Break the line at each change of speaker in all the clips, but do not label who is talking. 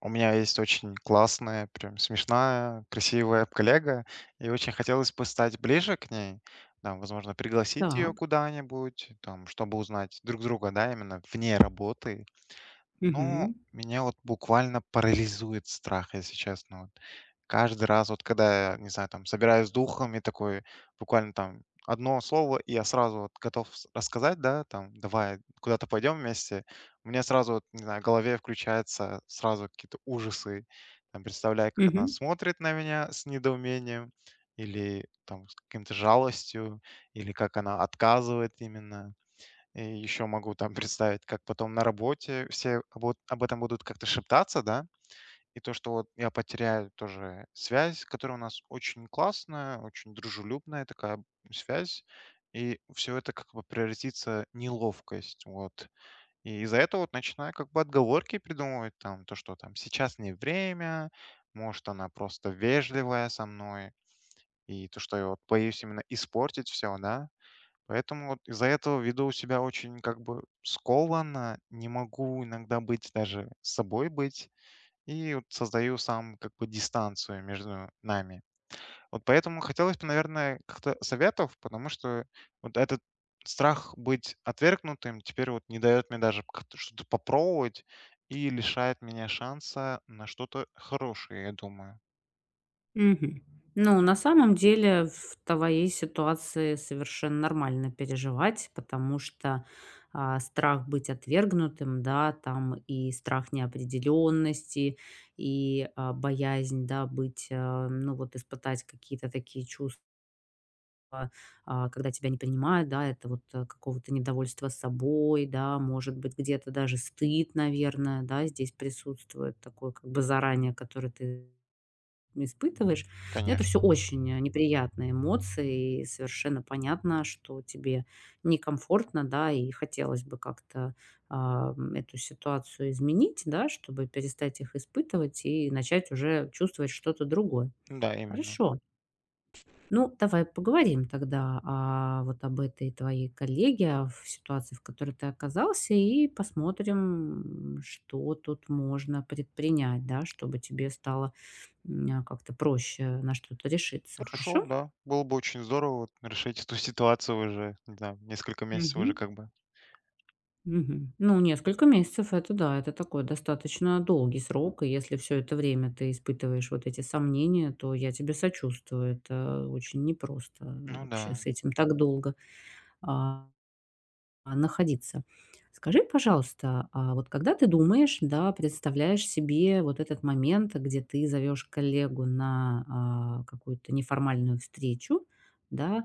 У меня есть очень классная, прям смешная, красивая коллега, и очень хотелось бы стать ближе к ней, там, возможно, пригласить ее
Так.
куда-нибудь, там, чтобы узнать друг друга, да, именно вне работы, но
Мгм.
меня вот буквально парализует страх, если честно. Вот. Каждый раз, вот когда, я, не знаю, там, собираюсь с духом и такой, буквально там одно слово, и я сразу вот готов рассказать, да, там, давай куда-то пойдем вместе, у меня сразу, вот, не знаю, в голове включаются сразу какие-то ужасы. Там, представляю, как она
Мгм.
смотрит на меня с недоумением или там с каким-то жалостью, или как она отказывает именно. И еще могу там представить, как потом на работе все об этом будут как-то шептаться, да, и то, что вот я потеряю тоже связь, которая у нас очень классная, очень дружелюбная такая связь, и все это как бы превратится в неловкость, вот. И из-за этого вот начинаю как бы отговорки придумывать, там, то, что там сейчас не время, может, она просто вежливая со мной, и то, что я вот боюсь именно испортить все, да. Поэтому вот из-за этого веду себя очень как бы скованно, не могу иногда быть даже с собой быть, и вот создаю сам как бы дистанцию между нами. Вот поэтому хотелось бы, наверное, как-то советов, потому что вот этот страх быть отвергнутым теперь вот не дает мне даже как-то что-то попробовать и лишает меня шанса на что-то хорошее, я думаю.
Мгм. Ну, на самом деле, в твоей ситуации совершенно нормально переживать, потому что, страх быть отвергнутым, да, там и страх неопределенности, и, боязнь, да, быть, ну, вот испытать какие-то такие чувства, когда тебя не принимают, да, это вот, какого-то недовольства собой, да, может быть, где-то даже стыд, наверное, да, здесь присутствует такой как бы заранее, который ты испытываешь. Это все
Конечно.
очень, неприятные эмоции, и совершенно понятно, что тебе некомфортно, да, и хотелось бы как-то, эту ситуацию изменить, да, чтобы перестать их испытывать и начать уже чувствовать что-то другое.
Да, именно.
Хорошо. Ну, давай поговорим тогда, вот об этой твоей коллеге, в ситуации, в которой ты оказался, и посмотрим, что тут можно предпринять, да, чтобы тебе стало, как-то проще на что-то решиться.
Хорошо,
Хорошо?
да. Было бы очень здорово вот решить эту ситуацию уже, не знаю, несколько месяцев уже
Мгм.
как бы.
Мгм. Ну, несколько месяцев- это да, это такой достаточно долгий срок. И если все это время ты испытываешь вот эти сомнения, то я тебе сочувствую. Это очень непросто
Ну да,
вообще с этим так долго, а находиться. Скажи, пожалуйста, а вот когда ты думаешь, да, представляешь себе вот этот момент, где ты зовешь коллегу на, какую-то неформальную встречу, да,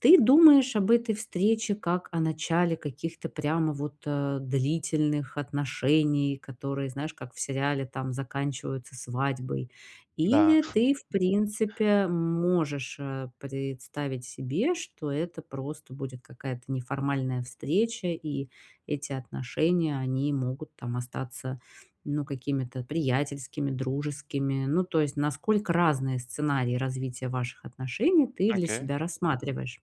ты думаешь об этой встрече как о начале каких-то прямо вот, длительных отношений, которые, знаешь, как в сериале там заканчиваются свадьбой?
да,
Или ты, в принципе, можешь, представить себе, что это просто будет какая-то неформальная встреча, и эти отношения, они могут там остаться, ну, какими-то приятельскими, дружескими. Ну, то есть насколько разные сценарии развития ваших отношений ты для
окей.
себя рассматриваешь.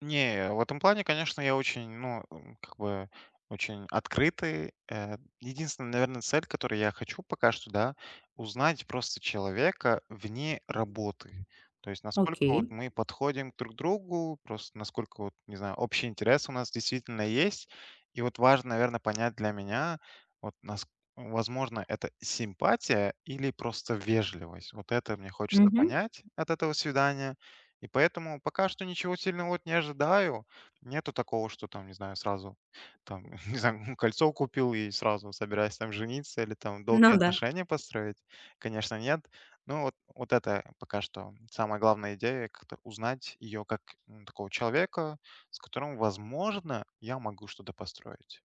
Не, в этом плане, конечно, я очень, ну, как бы очень открытый. Единственная, наверное, цель, которую я хочу пока что, да, узнать просто человека вне работы. То есть насколько
Окей.
вот мы подходим друг к другу, просто насколько вот, не знаю, общий интерес у нас действительно есть. И вот важно, наверное, понять для меня, вот, нас, возможно, это симпатия или просто вежливость. Вот это мне хочется
Мгм.
понять от этого свидания. И поэтому пока что ничего сильного вот не ожидаю. Нету такого, что там, не знаю, сразу там, не знаю, кольцо купил и сразу собираюсь там жениться или там долгие
Ну да.
отношения построить. Конечно, нет. Ну вот, вот это пока что самая главная идея, как-то узнать ее как такого человека, с которым, возможно, я могу что-то построить.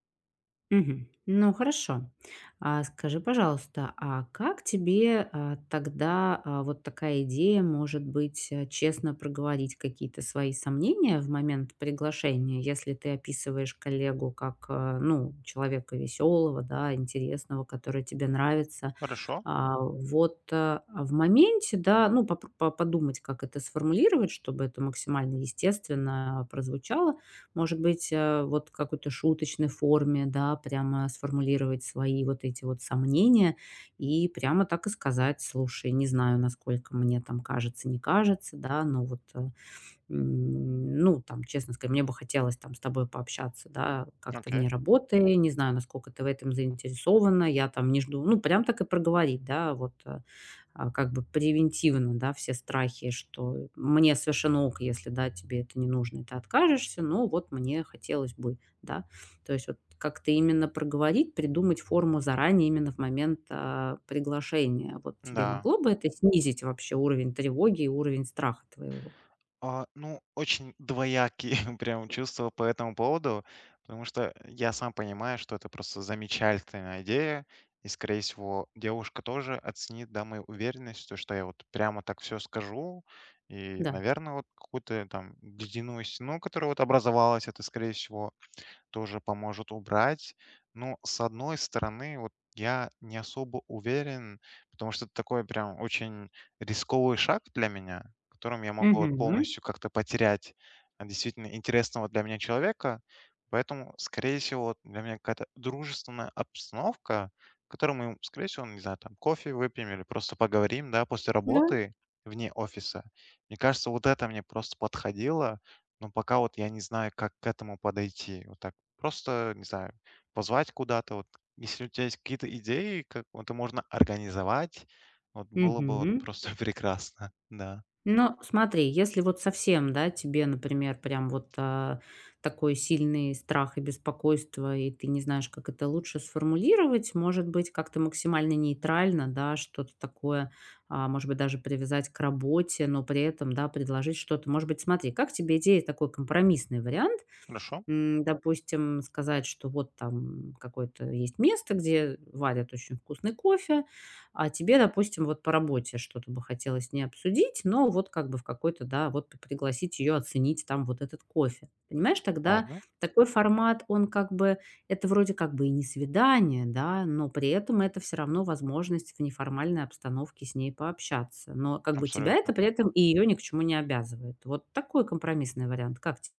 Мгм. Ну хорошо. А скажи, пожалуйста, а как тебе, тогда, вот такая идея, может быть, честно проговорить какие-то свои сомнения в момент приглашения, если ты описываешь коллегу как, ну, человека веселого, да, интересного, который тебе нравится.
Хорошо,
Вот, в моменте, да, ну, попр по подумать, как это сформулировать, чтобы это максимально естественно прозвучало. Может быть, вот в какой-то шуточной форме, да, прямо сформулировать свои вот эти вот сомнения и прямо так и сказать: "Слушай, не знаю, насколько мне там кажется, не кажется, да, но вот, ну, там, честно сказать, мне бы хотелось там с тобой пообщаться, да, как-то
окей,
вне работы. Не знаю, насколько ты в этом заинтересована. Я там не жду". Ну, прям так и проговорить, да, вот, как бы превентивно, да, все страхи, что мне совершенно ок, если, да, тебе это не нужно, и ты откажешься, но вот мне хотелось бы, да. То есть вот как-то именно проговорить, придумать форму заранее, именно в момент приглашения. Вот тебе
да.
могло бы это снизить вообще уровень тревоги и уровень страха твоего?
А, ну, очень двоякие прям чувства по этому поводу, потому что я сам понимаю, что это просто замечательная идея, и, скорее всего, девушка тоже оценит, да, мою уверенность, то, что я вот прямо так все скажу, и,
Да.
наверное, вот какую-то там ледяную стену, которая вот образовалась, это, скорее всего, тоже поможет убрать. Но с одной стороны, вот я не особо уверен, потому что это такой прям очень рисковый шаг для меня, которым я могу вот
Мгм.
полностью как-то потерять действительно интересного для меня человека. Поэтому, скорее всего, вот для меня какая-то дружественная обстановка, в которой мы, скорее всего, не знаю, там кофе выпьем или просто поговорим, да, после
Да.
работы вне офиса. Мне кажется, вот это мне просто подходило, но пока вот я не знаю, как к этому подойти. Вот так. Просто, не знаю, позвать куда-то. Вот если у тебя есть какие-то идеи, как вот это можно организовать, вот было бы вот
Мгм.
просто прекрасно. Да.
Но смотри, если вот совсем, да, тебе, например, прям вот такой сильный страх и беспокойство, и ты не знаешь, как это лучше сформулировать, может быть, как-то максимально нейтрально, да, что-то такое, может быть, даже привязать к работе, но при этом, да, предложить что-то. Может быть, смотри, как тебе идея такой компромиссный вариант?
Хорошо.
Допустим, сказать, что вот там какое-то есть место, где варят очень вкусный кофе, а тебе, допустим, вот по работе что-то бы хотелось не обсудить, но вот как бы в какой-то, да, вот п пригласить ее оценить там вот этот кофе. Понимаешь, тогда
Ладно.
такой формат, он как бы это вроде как бы и не свидание, да, но при этом это все равно возможность в неформальной обстановке с ней пообщаться. Но как бы тебя это
Абсолютно.
при этом и ее ни к чему не обязывает. Вот такой компромиссный вариант. Как тебе?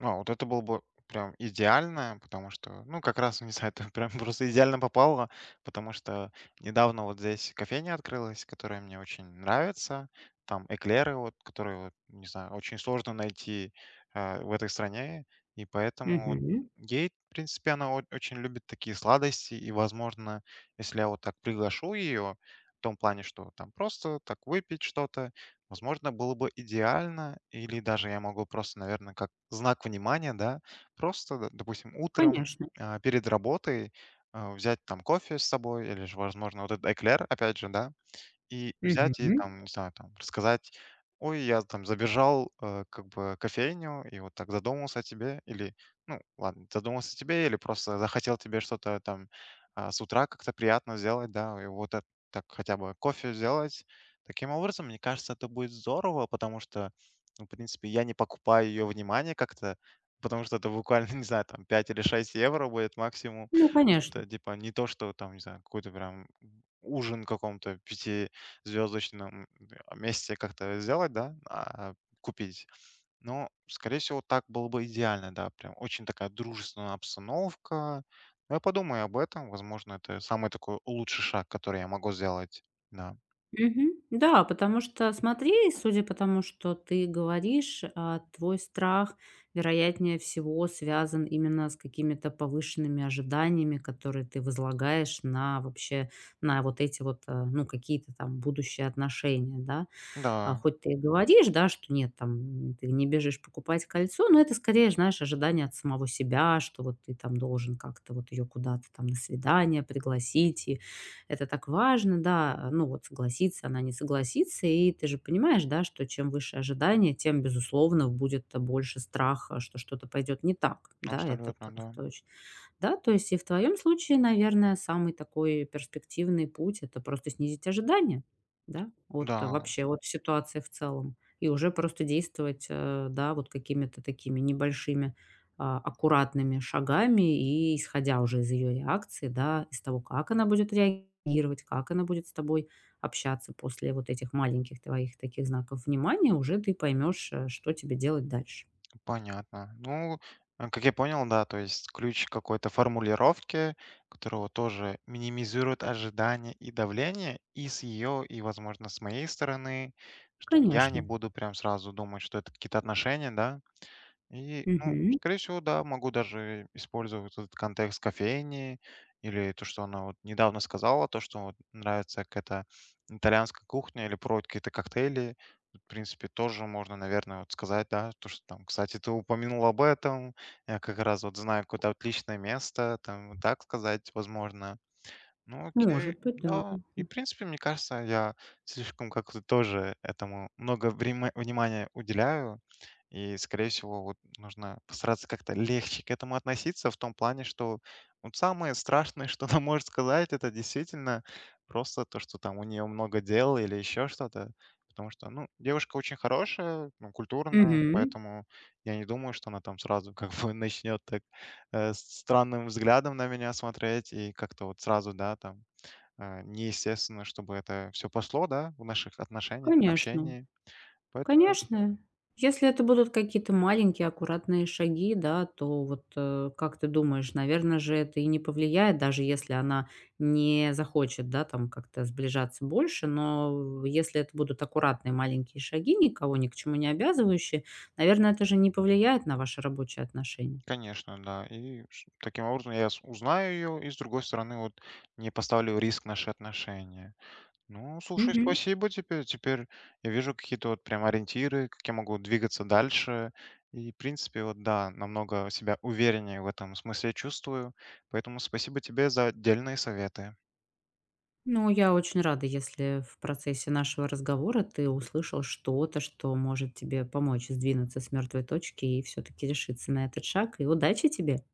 А, вот это было бы прям идеально, потому что, ну, как раз, не знаю, это прям просто идеально попало, потому что недавно вот здесь кофейня открылась, которая мне очень нравится. Там эклеры, вот, которые, вот, не знаю, очень сложно найти в этой стране, и поэтому вот
Мгм.
ей, в принципе, она очень любит такие сладости, и, возможно, если я вот так приглашу ее, в том плане, что там просто так выпить что-то, возможно, было бы идеально, или даже я могу просто, наверное, как знак внимания, да, просто, допустим, утром
Конечно.
перед работой взять там кофе с собой, или же, возможно, вот этот эклер, опять же, да, и
Мгм.
взять и там, не знаю, там рассказать: "Ой, я там забежал, как бы кофейню и вот так задумался о тебе". Или, ну, ладно, задумался о тебе или просто захотел тебе что-то там, с утра как-то приятно сделать, да, и вот эт так хотя бы кофе сделать. Таким образом, мне кажется, это будет здорово, потому что, ну, в принципе, я не покупаю ее внимание как-то, потому что это буквально, не знаю, там 5 или 6 евро будет максимум.
Ну, конечно.
Это типа не то, что там, не знаю, какой-то прям ужин в каком-то пятизвездочном месте как-то сделать, да, купить. Но, скорее всего, так было бы идеально, да, прям очень такая дружественная обстановка. Но я подумаю об этом, возможно, это самый такой лучший шаг, который я могу сделать, да.
Мгм. Да, потому что, смотри, судя по тому, что ты говоришь, твой страх, вероятнее всего, связан именно с какими-то повышенными ожиданиями, которые ты возлагаешь на вообще, на вот эти вот, ну, какие-то там будущие отношения, да.
Да,
Хоть ты и говоришь, да, что нет, там, ты не бежишь покупать кольцо, но это скорее, знаешь, ожидание от самого себя, что вот ты там должен как-то вот ее куда-то там на свидание пригласить, и это так важно, да, ну вот согласится она, не согласится, и ты же понимаешь, да, что чем выше ожидание, тем, безусловно, будет больше страха, что что-то пойдет не так, да, это
абсолютно, да.
просто очень да, то есть и в твоем случае, наверное, самый такой перспективный путь- это просто снизить ожидания, да, от
Да.
вообще от ситуации в целом. И уже просто действовать, да, вот какими-то такими небольшими, аккуратными шагами и исходя уже из ее реакции, да, из того, как она будет реагировать, как она будет с тобой общаться после вот этих маленьких твоих таких знаков внимания, уже ты поймешь, что тебе делать дальше.
Понятно. Ну, как я понял, да, то есть ключ к какой-то формулировки, которого тоже минимизирует ожидания и давление и с ее, и, возможно, с моей стороны, что я не
Конечно.
буду прям сразу думать, что это какие-то отношения, да, и, ну,
Мгм.
скорее всего, да, могу даже использовать вот этот контекст кофейни или то, что она вот недавно сказала, то, что вот нравится какая-то итальянская кухня или пробовать какие-то коктейли. В принципе, тоже можно, наверное, вот сказать, да, то, что там, кстати, ты упомянул об этом, я как раз вот знаю какое-то отличное место, там, вот так сказать, возможно. Ну окей,
Может быть, да.
да. И, в принципе, мне кажется, я слишком как-то тоже этому много внимания уделяю. И, скорее всего, вот нужно постараться как-то легче к этому относиться в том плане, что вот самое страшное, что она может сказать, это действительно просто то, что там у нее много дел или еще что-то. Потому что, ну, девушка очень хорошая, ну, культурная,
Мгм.
поэтому я не думаю, что она там сразу как бы начнет так э, странным взглядом на меня смотреть, и как-то вот сразу, да, там, неестественно, чтобы это все пошло, да, в наших отношениях,
Конечно,
общении. Поэтому,
конечно. Если это будут какие-то маленькие аккуратные шаги, да, то вот, как ты думаешь, наверное же, это и не повлияет, даже если она не захочет, да, там как-то сближаться больше. Но если это будут аккуратные маленькие шаги, никого ни к чему не обязывающие, наверное, это же не повлияет на ваши рабочие отношения.
конечно, да, и таким образом я узнаю ее, и с другой стороны, вот не поставлю в риск наши отношения. Ну, слушай,
Мгм.
спасибо тебе. Теперь я вижу какие-то вот прям ориентиры, как я могу двигаться дальше. И, в принципе, вот да, намного себя увереннее в этом смысле чувствую. Поэтому спасибо тебе за отдельные советы.
Ну, я очень рада, если в процессе нашего разговора ты услышал что-то, что может тебе помочь сдвинуться с мертвой точки и все-таки решиться на этот шаг. И удачи тебе!